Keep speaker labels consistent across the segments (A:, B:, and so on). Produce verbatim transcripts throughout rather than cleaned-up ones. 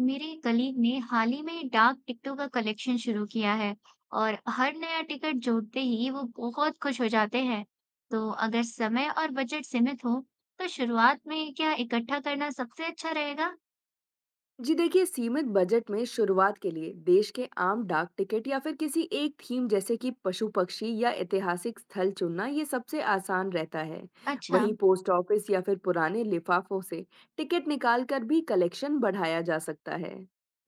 A: मेरे कलीग ने हाल ही में डाक टिकटों का कलेक्शन शुरू किया है और हर नया टिकट जोड़ते ही वो बहुत खुश हो जाते हैं। तो अगर समय और बजट सीमित हो, तो शुरुआत में क्या इकट्ठा करना सबसे अच्छा रहेगा?
B: जी देखिए, सीमित बजट में शुरुआत के लिए देश के आम डाक टिकट या फिर किसी एक थीम जैसे कि पशु पक्षी या ऐतिहासिक स्थल चुनना ये सबसे आसान रहता है।
A: अच्छा,
B: वहीं पोस्ट ऑफिस या फिर पुराने लिफाफों से टिकट निकालकर भी कलेक्शन बढ़ाया जा सकता है।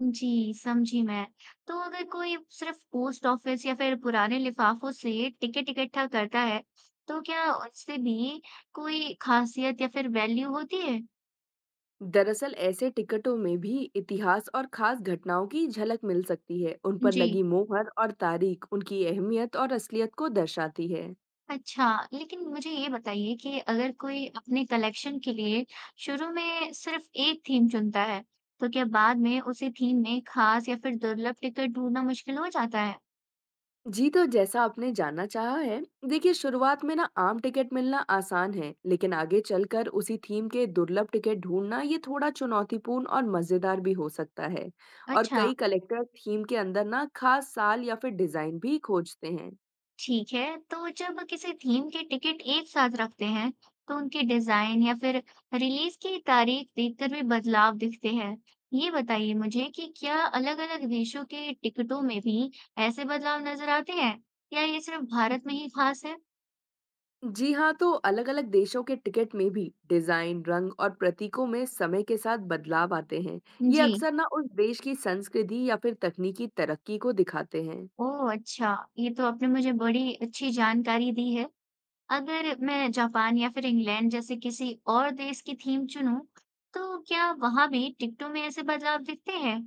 A: जी, समझी मैं। तो अगर कोई सिर्फ पोस्ट ऑफिस या फिर पुराने लिफाफों से टिकट इकट्ठा करता है, तो क्या उससे भी कोई खासियत या फिर वैल्यू होती है?
B: दरअसल ऐसे टिकटों में भी इतिहास और खास घटनाओं की झलक मिल सकती है। उन पर
A: जी,
B: लगी मोहर और तारीख उनकी अहमियत और असलियत को दर्शाती है।
A: अच्छा, लेकिन मुझे ये बताइए कि अगर कोई अपने कलेक्शन के लिए शुरू में सिर्फ एक थीम चुनता है, तो क्या बाद में उसी थीम में खास या फिर दुर्लभ टिकट ढूंढना मुश्किल हो जाता है?
B: जी, तो जैसा आपने जानना चाहा है, देखिए शुरुआत में ना आम टिकट मिलना आसान है, लेकिन आगे चलकर उसी थीम के दुर्लभ टिकट ढूंढना ये थोड़ा चुनौतीपूर्ण और मज़ेदार भी हो सकता है। और
A: अच्छा,
B: कई कलेक्टर थीम के अंदर ना खास साल या फिर डिज़ाइन भी खोजते हैं।
A: ठीक है। तो जब किसी थीम के टिकट एक साथ रखते हैं, तो उनके डिजाइन या फिर रिलीज की तारीख देखकर भी बदलाव दिखते हैं। ये बताइए मुझे कि क्या अलग-अलग देशों के टिकटों में भी ऐसे बदलाव नजर आते हैं, या ये सिर्फ भारत में ही खास है?
B: जी हाँ, तो अलग-अलग देशों के टिकट में भी डिजाइन, रंग और प्रतीकों में समय के साथ बदलाव आते हैं। ये
A: जी,
B: अक्सर ना उस देश की संस्कृति या फिर तकनीकी तरक्की को दिखाते हैं।
A: ओह! अच्छा, ये तो आपने मुझे बड़ी अच्छी जानकारी दी है। अगर मैं जापान या फिर इंग्लैंड जैसे किसी और देश की थीम चुनूँ, तो क्या वहाँ भी टिकटों में ऐसे बदलाव दिखते हैं?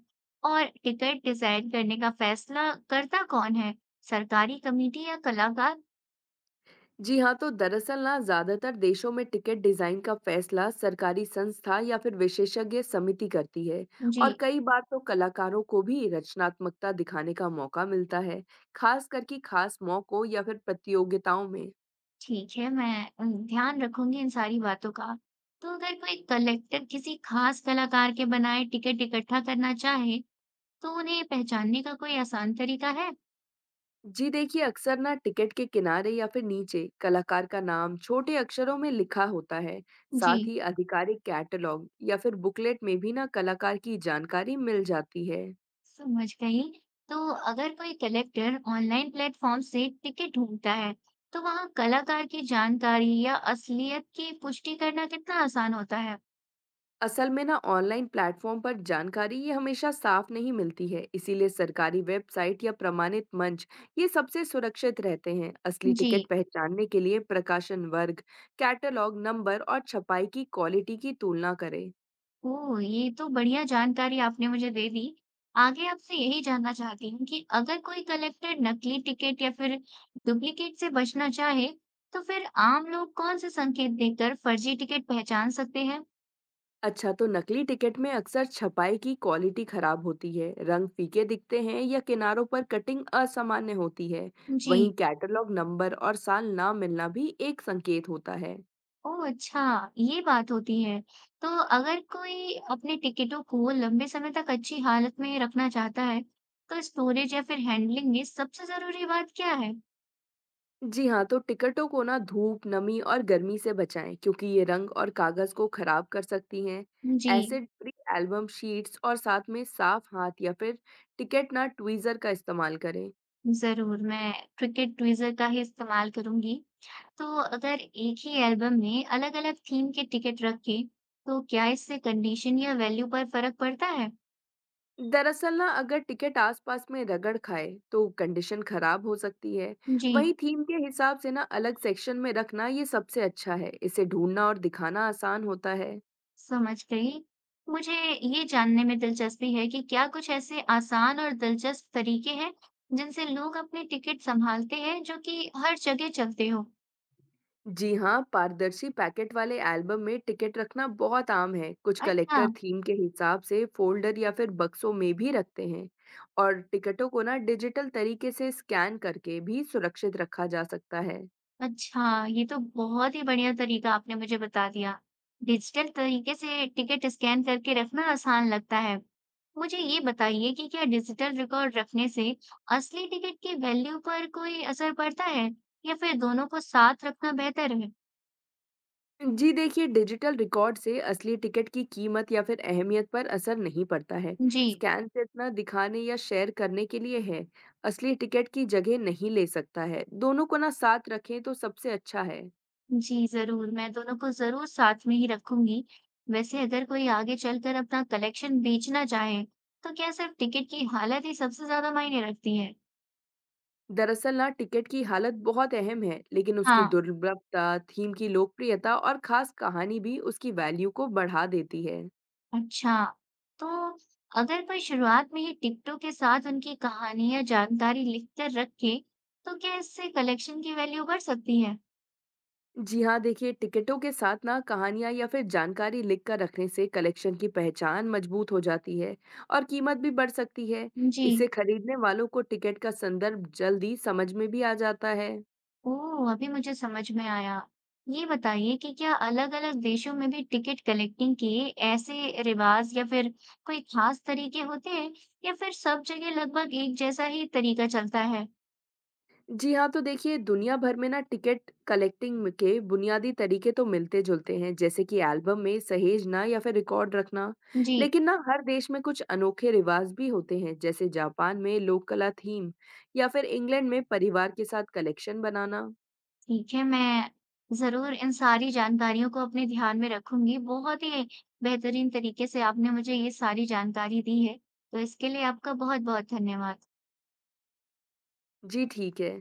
A: और टिकट डिज़ाइन करने का फैसला करता कौन है, सरकारी कमेटी या कलाकार?
B: जी हाँ, तो दरअसल ना ज्यादातर देशों में टिकट डिजाइन का फैसला सरकारी संस्था या फिर विशेषज्ञ समिति करती है।
A: जी,
B: और कई बार तो कलाकारों को भी रचनात्मकता दिखाने का मौका मिलता है, खास करके खास मौकों या फिर प्रतियोगिताओं में।
A: ठीक है, मैं उम, ध्यान रखूँगी इन सारी बातों का। तो अगर कोई कलेक्टर किसी खास कलाकार के बनाए टिकट इकट्ठा करना चाहे, तो उन्हें पहचानने का कोई आसान तरीका है?
B: जी देखिए, अक्सर ना टिकट के किनारे या फिर नीचे कलाकार का नाम छोटे अक्षरों में लिखा होता है।
A: जी।
B: साथ ही आधिकारिक कैटलॉग या फिर बुकलेट में भी ना कलाकार की जानकारी मिल जाती है।
A: समझ गई। तो अगर कोई कलेक्टर ऑनलाइन प्लेटफॉर्म से टिकट ढूंढता है, तो वहाँ कलाकार की जानकारी या असलियत की पुष्टि करना कितना आसान होता है?
B: असल में ना ऑनलाइन प्लेटफॉर्म पर जानकारी ये हमेशा साफ नहीं मिलती है। इसीलिए सरकारी वेबसाइट या प्रमाणित मंच ये सबसे सुरक्षित रहते हैं। असली
A: जी,
B: टिकट पहचानने के लिए प्रकाशन वर्ग, कैटलॉग नंबर और छपाई की क्वालिटी की तुलना करें।
A: ओ, ये तो बढ़िया जानकारी आपने मुझे दे दी। आगे आपसे यही जानना चाहती हूँ कि अगर कोई कलेक्टर नकली टिकट या फिर डुप्लीकेट से बचना चाहे, तो फिर आम लोग कौन से संकेत देखकर फर्जी टिकट पहचान सकते हैं?
B: अच्छा, तो नकली टिकट में अक्सर छपाई की क्वालिटी खराब होती है, रंग फीके दिखते हैं या किनारों पर कटिंग असामान्य होती है।
A: जी,
B: वहीं कैटलॉग नंबर और साल ना मिलना भी एक संकेत होता है।
A: ओह! अच्छा, ये बात होती है। तो अगर कोई अपने टिकटों को लंबे समय तक अच्छी हालत में रखना चाहता है, तो स्टोरेज या फिर हैंडलिंग में सबसे ज़रूरी बात क्या है?
B: जी हाँ, तो टिकटों को ना धूप, नमी और गर्मी से बचाएं क्योंकि ये रंग और कागज को खराब कर सकती हैं।
A: जी,
B: एसिड फ्री एल्बम शीट्स और साथ में साफ हाथ या फिर टिकट ना ट्वीजर का इस्तेमाल करें।
A: ज़रूर, मैं क्रिकेट ट्विज़र का ही इस्तेमाल करूँगी। तो अगर एक ही एल्बम में अलग-अलग थीम के टिकट रखें, तो क्या इससे कंडीशन या वैल्यू पर फ़र्क पड़ता है?
B: दरअसल ना अगर टिकट आसपास में रगड़ खाए तो कंडीशन खराब हो सकती है।
A: जी।
B: वहीं थीम के हिसाब से ना अलग सेक्शन में रखना ये सबसे अच्छा है। इसे ढूंढना और दिखाना आसान होता है।
A: समझ गई। मुझे ये जानने में दिलचस्पी है कि क्या कुछ ऐसे आसान और दिलचस्प तरीके हैं जिनसे लोग अपने टिकट सँभालते हैं जो कि हर जगह चलते हों?
B: जी हाँ, पारदर्शी पैकेट वाले एल्बम में टिकट रखना बहुत आम है। कुछ
A: अच्छा,
B: कलेक्टर थीम के हिसाब से फोल्डर या फिर बक्सों में भी रखते हैं। और टिकटों को ना डिजिटल तरीके से स्कैन करके भी सुरक्षित रखा जा सकता है।
A: अच्छा, ये तो बहुत ही बढ़िया तरीका आपने मुझे बता दिया। डिजिटल तरीके से टिकट स्कैन करके रखना आसान लगता है। मुझे ये बताइए कि क्या डिजिटल रिकॉर्ड रखने से असली टिकट की वैल्यू पर कोई असर पड़ता है, या फिर दोनों को साथ रखना बेहतर है?
B: जी देखिए, डिजिटल रिकॉर्ड से असली टिकट की कीमत या फिर अहमियत पर असर नहीं पड़ता है।
A: जी।
B: स्कैन से इतना दिखाने या शेयर करने के लिए है, असली टिकट की जगह नहीं ले सकता है। दोनों को ना साथ रखें तो सबसे अच्छा है।
A: जी, ज़रूर, मैं दोनों को ज़रूर साथ में ही रखूँगी। वैसे अगर कोई आगे चलकर अपना कलेक्शन बेचना चाहे, तो क्या सिर्फ़ टिकट की हालत ही सबसे ज़्यादा मायने रखती है?
B: दरअसल ना टिकट की हालत बहुत अहम है, लेकिन उसकी
A: हाँ।
B: दुर्लभता, थीम की लोकप्रियता और खास कहानी भी उसकी वैल्यू को बढ़ा देती है।
A: अच्छा, तो अगर कोई शुरुआत में ही टिकटों के साथ उनकी कहानी या जानकारी लिखकर रखे, तो क्या इससे कलेक्शन की वैल्यू बढ़ सकती है?
B: जी हाँ, देखिए टिकटों के साथ ना कहानियाँ या फिर जानकारी लिख कर रखने से कलेक्शन की पहचान मजबूत हो जाती है और कीमत भी बढ़ सकती है।
A: जी।
B: इसे खरीदने वालों को टिकट का संदर्भ जल्दी समझ में भी आ जाता है।
A: ओह! अभी मुझे समझ में आया। ये बताइए कि क्या अलग-अलग देशों में भी टिकट कलेक्टिंग के ऐसे रिवाज़ या फिर कोई ख़ास तरीके होते हैं, या फिर सब जगह लगभग एक जैसा ही तरीका चलता है?
B: जी हाँ, तो देखिए दुनिया भर में ना टिकट कलेक्टिंग के बुनियादी तरीके तो मिलते-जुलते हैं, जैसे कि एल्बम में सहेजना या फिर रिकॉर्ड रखना।
A: जी,
B: लेकिन ना हर देश में कुछ अनोखे रिवाज भी होते हैं, जैसे जापान में लोक कला थीम या फिर इंग्लैंड में परिवार के साथ कलेक्शन बनाना।
A: ठीक है, मैं ज़रूर इन सारी जानकारियों को अपने ध्यान में रखूँगी। बहुत ही बेहतरीन तरीके से आपने मुझे ये सारी जानकारी दी है, तो इसके लिए आपका बहुत-बहुत धन्यवाद।
B: जी, ठीक है।